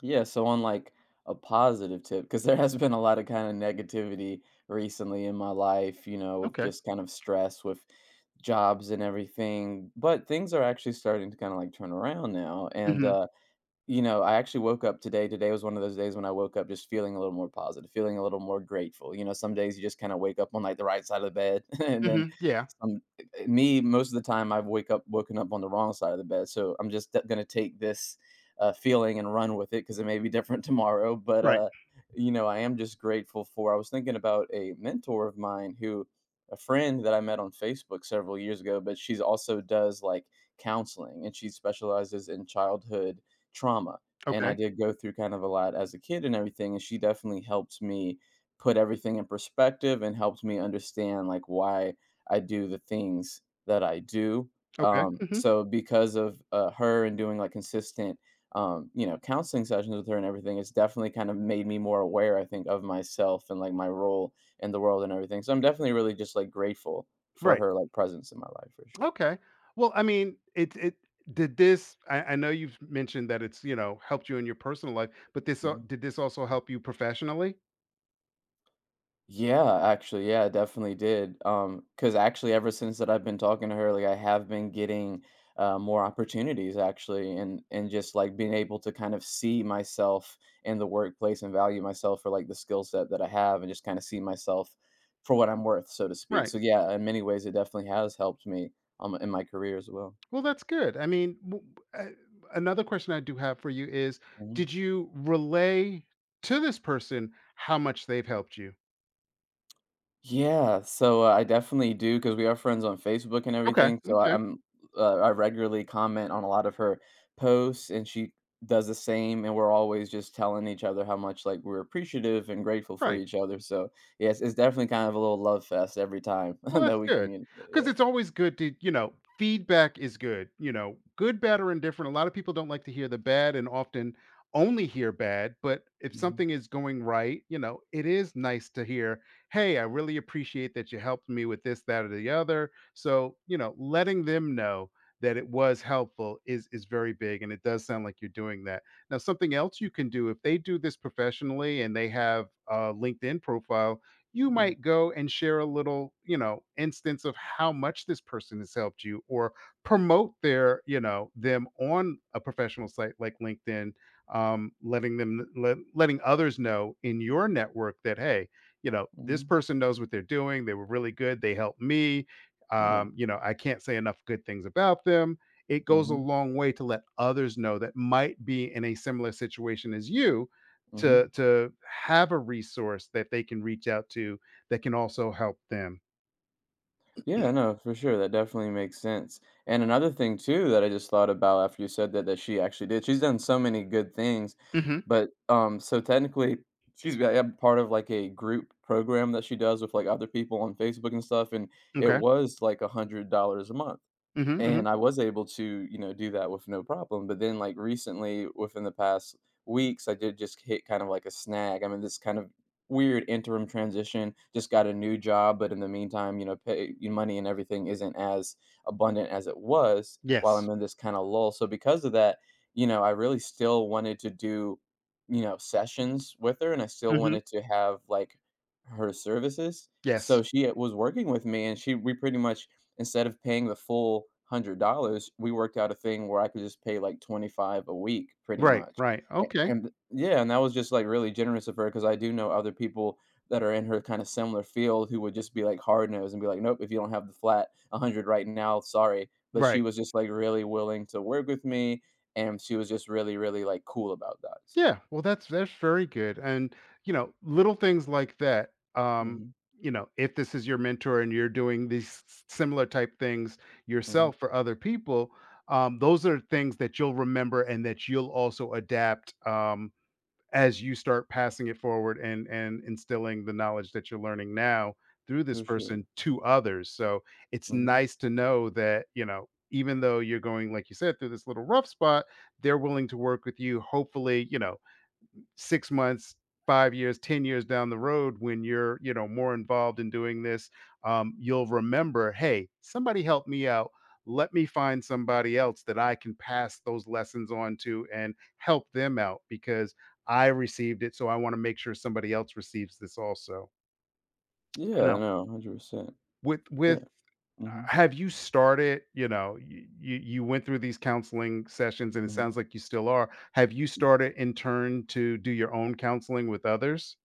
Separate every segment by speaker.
Speaker 1: Yeah, so on like a positive tip, because there has been a lot of kind of negativity recently in my life, of
Speaker 2: Okay.
Speaker 1: just kind of stress with jobs and everything. But things are actually starting to kind of like turn around now.
Speaker 2: Mhm.
Speaker 1: I actually woke up today. Today was one of those days when I woke up just feeling a little more positive, feeling a little more grateful. You know, some days you just kinda wake up on, like, the right side of the bed, and then
Speaker 2: Mhm. Yeah.
Speaker 1: most of the time, I've wake up woken up on the wrong side of the bed, so I'm just gonna take this, feeling and run with it because it may be different tomorrow, but,
Speaker 2: Right.
Speaker 1: I am just grateful, for I was thinking about a mentor of mine, who a friend that I met on Facebook several years ago, but she's also does, like, counseling, and she specializes in childhood trauma, and I
Speaker 2: Okay.
Speaker 1: did go through kind of a lot as a kid and everything, and she definitely helped me put everything in perspective and helped me understand, like, why I do the things that I do.
Speaker 2: Okay.
Speaker 1: Um,
Speaker 2: Mhm.
Speaker 1: so because of, her and doing, like, consistent, counseling sessions with her and everything, it's definitely kind of made me more aware, I think, of myself and, like, my role in the world and everything. So I'm definitely really just, like, grateful for
Speaker 2: Right.
Speaker 1: her, like, presence in my life for sure.
Speaker 2: Okay. Well, I mean, it did this. I know you've mentioned that it's, you know, helped you in your personal life, but this
Speaker 1: Mhm.
Speaker 2: did this also help you professionally?
Speaker 1: Yeah, actually, yeah, I definitely did. Because actually ever since that I've been talking to her, like I have been getting more opportunities actually, and just like being able to kind of see myself in the workplace and value myself for like the skill set that I have and just kind of see myself for what I'm worth, so to speak.
Speaker 2: Right.
Speaker 1: So yeah, in many ways it definitely has helped me in my career as well.
Speaker 2: Well, that's good. I mean, uh, another question I do have for you is
Speaker 1: Mm-hmm.
Speaker 2: did you relay to this person how much they've helped you?
Speaker 1: Yeah, so, I definitely do because we are friends on Facebook and
Speaker 2: Okay.
Speaker 1: everything, so
Speaker 2: Okay.
Speaker 1: I regularly comment on a lot of her posts, and she does the same, and we're always just telling each other how much, like, we're appreciative and grateful for
Speaker 2: Right.
Speaker 1: each other, so, yes, it's definitely kind of a little love fest every time
Speaker 2: Well,
Speaker 1: that
Speaker 2: that's
Speaker 1: we
Speaker 2: good
Speaker 1: communicate,
Speaker 2: because
Speaker 1: yeah.
Speaker 2: it's always good to, you know, feedback is good, you know, good, bad, or indifferent. A lot of people don't like to hear the bad and often only hear bad, but if
Speaker 1: Mhm.
Speaker 2: something is going right, you know, it is nice to hear, "Hey, I really appreciate that you helped me with this, that, or the other." So, you know, letting them know that it was helpful is very big, and it does sound like you're doing that. Now, something else you can do, if they do this professionally and they have a LinkedIn profile, you
Speaker 1: Mm.
Speaker 2: might go and share a little, you know, instance of how much this person has helped you or promote their, you know, them on a professional site like LinkedIn. Letting them, letting others know in your network that, hey, you know, this
Speaker 1: Mhm.
Speaker 2: person knows what they're doing. They were really good. They helped me.
Speaker 1: Yeah.
Speaker 2: You know, I can't say enough good things about them. It goes a
Speaker 1: Mhm.
Speaker 2: long way to let others know that might be in a similar situation as you
Speaker 1: Mhm.
Speaker 2: to have a resource that they can reach out to that can also help them.
Speaker 1: Yeah, no, for sure. That definitely makes sense. And another thing too that I just thought about after you said that, that she actually did. She's done so many good things,
Speaker 2: Mhm.
Speaker 1: but so technically yeah, part of like a group program that she does with like other people on Facebook and stuff, and it
Speaker 2: Okay.
Speaker 1: was like $100 a month.
Speaker 2: Mhm, mhm.
Speaker 1: And I was able to, do that with no problem, but then, like, recently, within the past weeks, I did just hit kind of like a snag. I'm in this kind of weird interim transition, just got a new job, but in the meantime, pay your money and everything isn't as abundant as it was while I'm
Speaker 2: Yes.
Speaker 1: in this kind of lull. So because of that, I really still wanted to do, sessions with her, and I still
Speaker 2: Mhm.
Speaker 1: wanted to have, like, her services. So
Speaker 2: Yes.
Speaker 1: she was working with me, and she we pretty much, instead of paying the full $100, we worked out a thing where I could just pay like 25 a week pretty
Speaker 2: Right,
Speaker 1: much.
Speaker 2: right. Okay.
Speaker 1: And yeah, and that was just like really generous of her because I do know other people that are in her kind of similar field who would just be like hard nosed and be like, "Nope, if you don't have the flat hundred right now, sorry." But she
Speaker 2: Right.
Speaker 1: was just like really willing to work with me, and she was just really, really like cool about that. So
Speaker 2: Yeah. Well, that's very good. And, you know, little things like that,
Speaker 1: hmm.
Speaker 2: you know, if this is your mentor and you're doing these s similar type things
Speaker 1: Hmm.
Speaker 2: yourself for other people, those are things that you'll remember and that you'll also adapt, as you start passing it forward and instilling the knowledge that you're learning now through this
Speaker 1: For sure.
Speaker 2: person to others. So it's
Speaker 1: Hmm.
Speaker 2: nice to know that, you know, even though you're going, like you said, through this little rough spot, they're willing to work with you. Hopefully, you know, six months, five years, 10 years down the road, when you're, you know, more involved in doing this, you'll remember, hey, somebody helped me out. Let me find somebody else that I can pass those lessons on to and help them out because I received it. So I want to make sure somebody else receives this also.
Speaker 1: Yeah,
Speaker 2: Now,
Speaker 1: no, 100%.
Speaker 2: with
Speaker 1: Yeah.
Speaker 2: with
Speaker 1: Hmm.
Speaker 2: have you started, you know, you went through these counseling sessions and it
Speaker 1: Hmm.
Speaker 2: sounds like you still are. Have you started in turn to do your own counseling with others?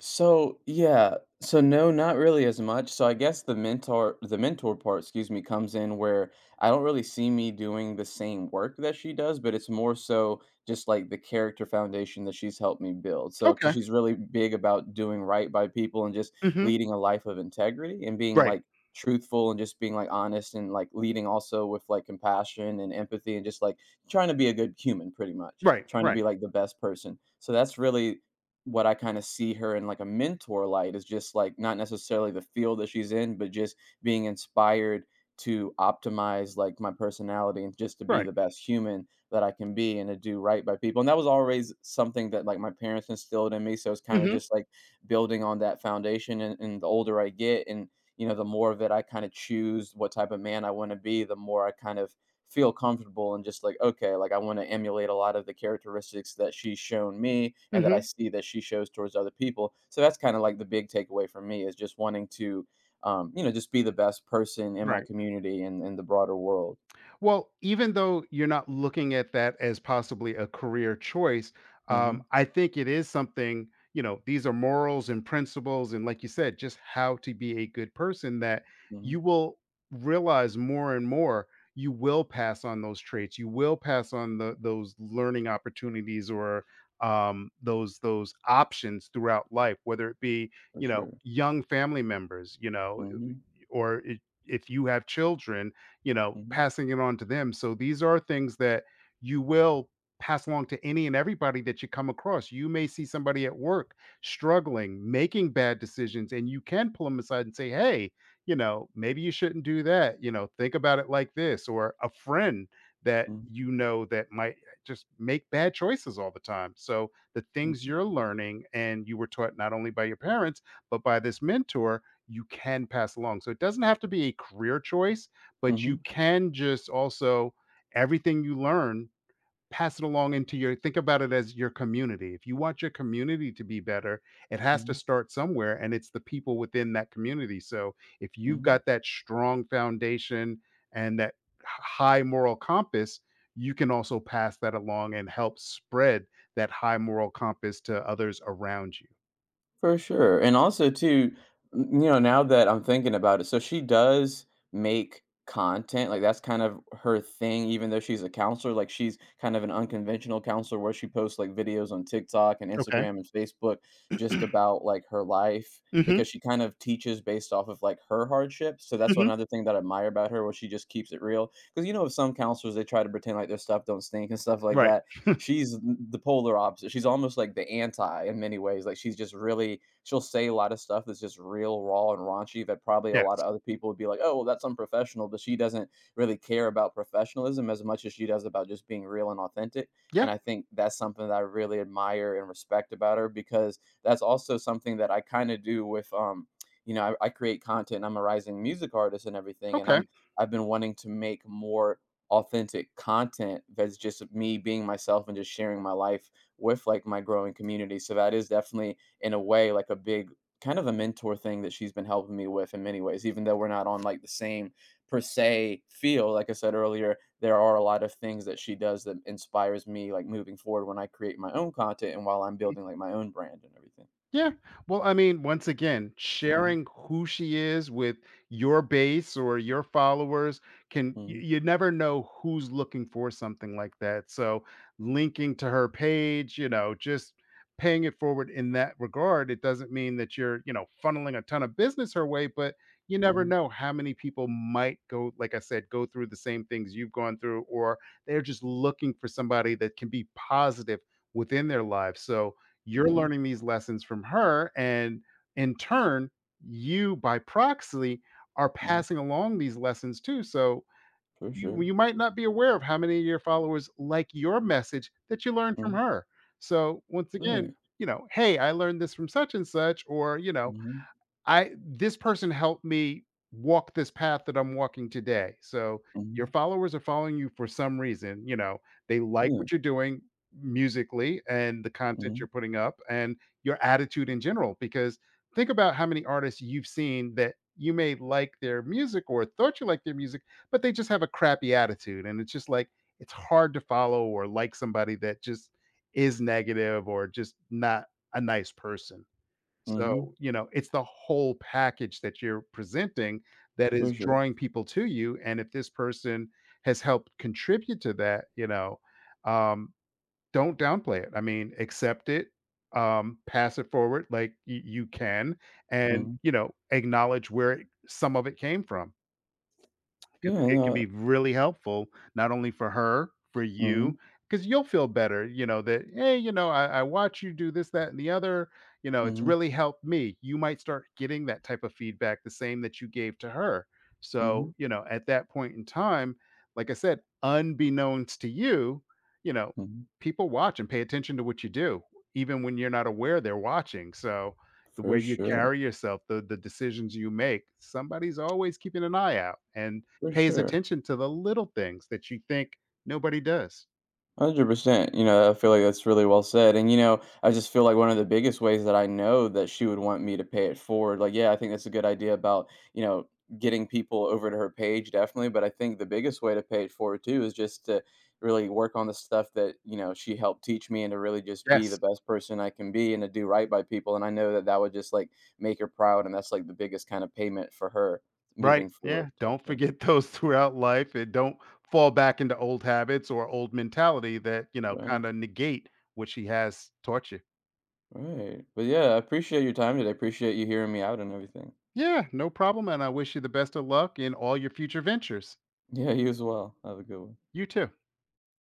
Speaker 1: So, yeah. So no, not really as much. So I guess the mentor part, excuse me, comes in where I don't really see me doing the same work that she does, but it's more so just like the character foundation that she's helped me build. So cuz
Speaker 2: Okay.
Speaker 1: she's really big about doing right by people and just
Speaker 2: Mhm.
Speaker 1: leading a life of integrity and being
Speaker 2: Right.
Speaker 1: like truthful and just being like honest and like leading also with like compassion and empathy and just like trying to be a good human pretty much,
Speaker 2: Right.
Speaker 1: trying to
Speaker 2: Right.
Speaker 1: be like the best person. So that's really what I kind of see her in, like a mentor light, is just like not necessarily the field that she's in, but just being inspired to optimize like my personality and just to be
Speaker 2: Right.
Speaker 1: the best human that I can be and to do right by people. And that was always something that like my parents instilled in me. So it's kind of
Speaker 2: Mhm.
Speaker 1: just like building on that foundation. And the older I get and, the more of it I kind of choose what type of man I want to be, the more I kind of feel comfortable and just like, okay, like I want to emulate a lot of the characteristics that she's shown me and that I
Speaker 2: Mhm.
Speaker 1: see that she shows towards other people. So that's kind of like the big takeaway for me, is just wanting to, just be the best person in my
Speaker 2: Right.
Speaker 1: community and in the broader world.
Speaker 2: Well, even though you're not looking at that as possibly a career choice,
Speaker 1: Hmm.
Speaker 2: I think it is something, you know, these are morals and principles. And like you said, just how to be a good person that
Speaker 1: Hmm.
Speaker 2: you will realize more and more. You will pass on those traits, you will pass on those learning opportunities, or those options throughout life, whether it be,
Speaker 1: For
Speaker 2: you know,
Speaker 1: sure.
Speaker 2: young family members, you know,
Speaker 1: Hmm.
Speaker 2: or, it, if you have children, you know,
Speaker 1: Hmm.
Speaker 2: passing it on to them. So these are things that you will pass along to any and everybody that you come across. You may see somebody at work struggling, making bad decisions, and you can pull them aside and say, hey, you know, maybe you shouldn't do that. You know, think about it like this. Or a friend that
Speaker 1: Hmm.
Speaker 2: you know that might just make bad choices all the time. So the things
Speaker 1: Hmm.
Speaker 2: you're learning and you were taught not only by your parents, but by this mentor, you can pass along. So it doesn't have to be a career choice, but you can just also, everything you learn, pass it along into your, think about it as your community. If you want your community to be better, it has to
Speaker 1: Hmm.
Speaker 2: start somewhere, and it's the people within that community. So if you've
Speaker 1: Hmm.
Speaker 2: got that strong foundation and that h- high moral compass, you can also pass that along and help spread that high moral compass to others around you.
Speaker 1: For sure. And also too, now that I'm thinking about it, so she does make content. Like that's kind of her thing, even though she's a counselor. Like she's kind of an unconventional counselor where she posts like videos on TikTok and
Speaker 2: Okay.
Speaker 1: Instagram and Facebook just about like her life,
Speaker 2: Mm. Mhm.
Speaker 1: because she kind of teaches based off of like her hardships. So that's
Speaker 2: Mm.
Speaker 1: one
Speaker 2: Mhm.
Speaker 1: other thing that I admire about her, where she just keeps it real. Because you know, with some counselors they try to pretend like their stuff don't stink and stuff like
Speaker 2: Right.
Speaker 1: that. She's the polar opposite. She's almost like the anti in many ways. Like she's just really, she'll say a lot of stuff that's just real raw and raunchy that probably a
Speaker 2: Yes.
Speaker 1: lot of other people would be like, "Oh, well, that's unprofessional," but she doesn't really care about professionalism as much as she does about just being real and authentic.
Speaker 2: Yeah.
Speaker 1: And I think that's something that I really admire and respect about her, because that's also something that I kind of do with, I create content. I'm a rising music artist and everything, and
Speaker 2: Okay.
Speaker 1: I've been wanting to make more authentic content that's just me being myself and just sharing my life with like my growing community. So that is definitely in a way like a big kind of a mentor thing that she's been helping me with in many ways, even though we're not on like the same per se field. Like I said earlier, there are a lot of things that she does that inspires me, like moving forward when I create my own content and while I'm building like my own brand and everything.
Speaker 2: Yeah. Well, I mean, once again,
Speaker 1: Mm-hmm.
Speaker 2: sharing who she is with your base or your followers can, you never know who's looking for something like that. So, linking to her page, you know, just paying it forward in that regard, it doesn't mean that you're, you know, funneling a ton of business her way, but you never
Speaker 1: Hmm.
Speaker 2: know how many people might go, like I said, go through the same things you've gone through, or they're just looking for somebody that can be positive within their lives. So, you're
Speaker 1: Yeah.
Speaker 2: learning these lessons from her, and in turn, you, by proxy, are
Speaker 1: Hmm.
Speaker 2: passing along these lessons too. So
Speaker 1: For
Speaker 2: you
Speaker 1: sure.
Speaker 2: you might not be aware of how many of your followers like your message that you learned from
Speaker 1: Mm.
Speaker 2: her. So once again,
Speaker 1: Right.
Speaker 2: you know, hey, I learned this from such and such, or, you know,
Speaker 1: Hmm.
Speaker 2: I, this person helped me walk this path that I'm walking today. So your
Speaker 1: Hmm.
Speaker 2: followers are following you for some reason, you know, they like
Speaker 1: Yeah.
Speaker 2: what you're doing musically and the content
Speaker 1: Hmm.
Speaker 2: you're putting up and your attitude in general, because think about how many artists you've seen that you may like their music or thought you liked their music, but they just have a crappy attitude and it's just like it's hard to follow, or like somebody that just is negative or just not a nice person.
Speaker 1: Hmm.
Speaker 2: So, you know, it's the whole package that you're presenting that
Speaker 1: For
Speaker 2: is
Speaker 1: sure.
Speaker 2: drawing people to you, and if this person has helped contribute to that, you know, um, don't downplay it. I mean, accept it, pass it forward like y you can, and,
Speaker 1: Mhm.
Speaker 2: you know, acknowledge where it, some of it came from.
Speaker 1: Yeah,
Speaker 2: 'Cause it can
Speaker 1: no.
Speaker 2: be really helpful, not only for her, for you,
Speaker 1: Mhm.
Speaker 2: because you, 'cause you'll feel better, you know, that, "Hey, you know, I watch you do this, that, and the other, you know, it's
Speaker 1: Mhm.
Speaker 2: really helped me." You might start getting that type of feedback, the same that you gave to her.
Speaker 1: Mhm.
Speaker 2: So, you know, at that point in time, like I said, unbeknownst to you, you know,
Speaker 1: Mhm.
Speaker 2: people watch and pay attention to what you do, even when you're not aware they're watching. So, the way
Speaker 1: For
Speaker 2: you
Speaker 1: sure,
Speaker 2: carry yourself, the decisions you make, somebody's always keeping an eye out, and
Speaker 1: for
Speaker 2: pays
Speaker 1: sure.
Speaker 2: attention to the little things that you think nobody does.
Speaker 1: 100%. You know, I feel like that's really well said. And you know, I just feel like one of the biggest ways that I know that she would want me to pay it forward. Like, yeah, I think that's a good idea about, you know getting people over to her page, definitely. But I think the biggest way to pay it forward too is just to really work on the stuff that you know she helped teach me, and to really just be the
Speaker 2: Yes.
Speaker 1: best person I can be, and to do right by people. And I know that that would just like make her proud, and that's like the biggest kind of payment for her
Speaker 2: Right.
Speaker 1: moving forward
Speaker 2: Yeah.
Speaker 1: type
Speaker 2: Don't
Speaker 1: thing.
Speaker 2: forget those throughout life, and don't fall back into old habits or old mentality that, you know,
Speaker 1: Right.
Speaker 2: kind of negate what she has taught you.
Speaker 1: Right. But yeah, I appreciate your time today. I appreciate you hearing me out and everything.
Speaker 2: Yeah. No problem. And I wish you the best of luck in all your future ventures.
Speaker 1: Yeah, you as well. Have a good one.
Speaker 2: You too.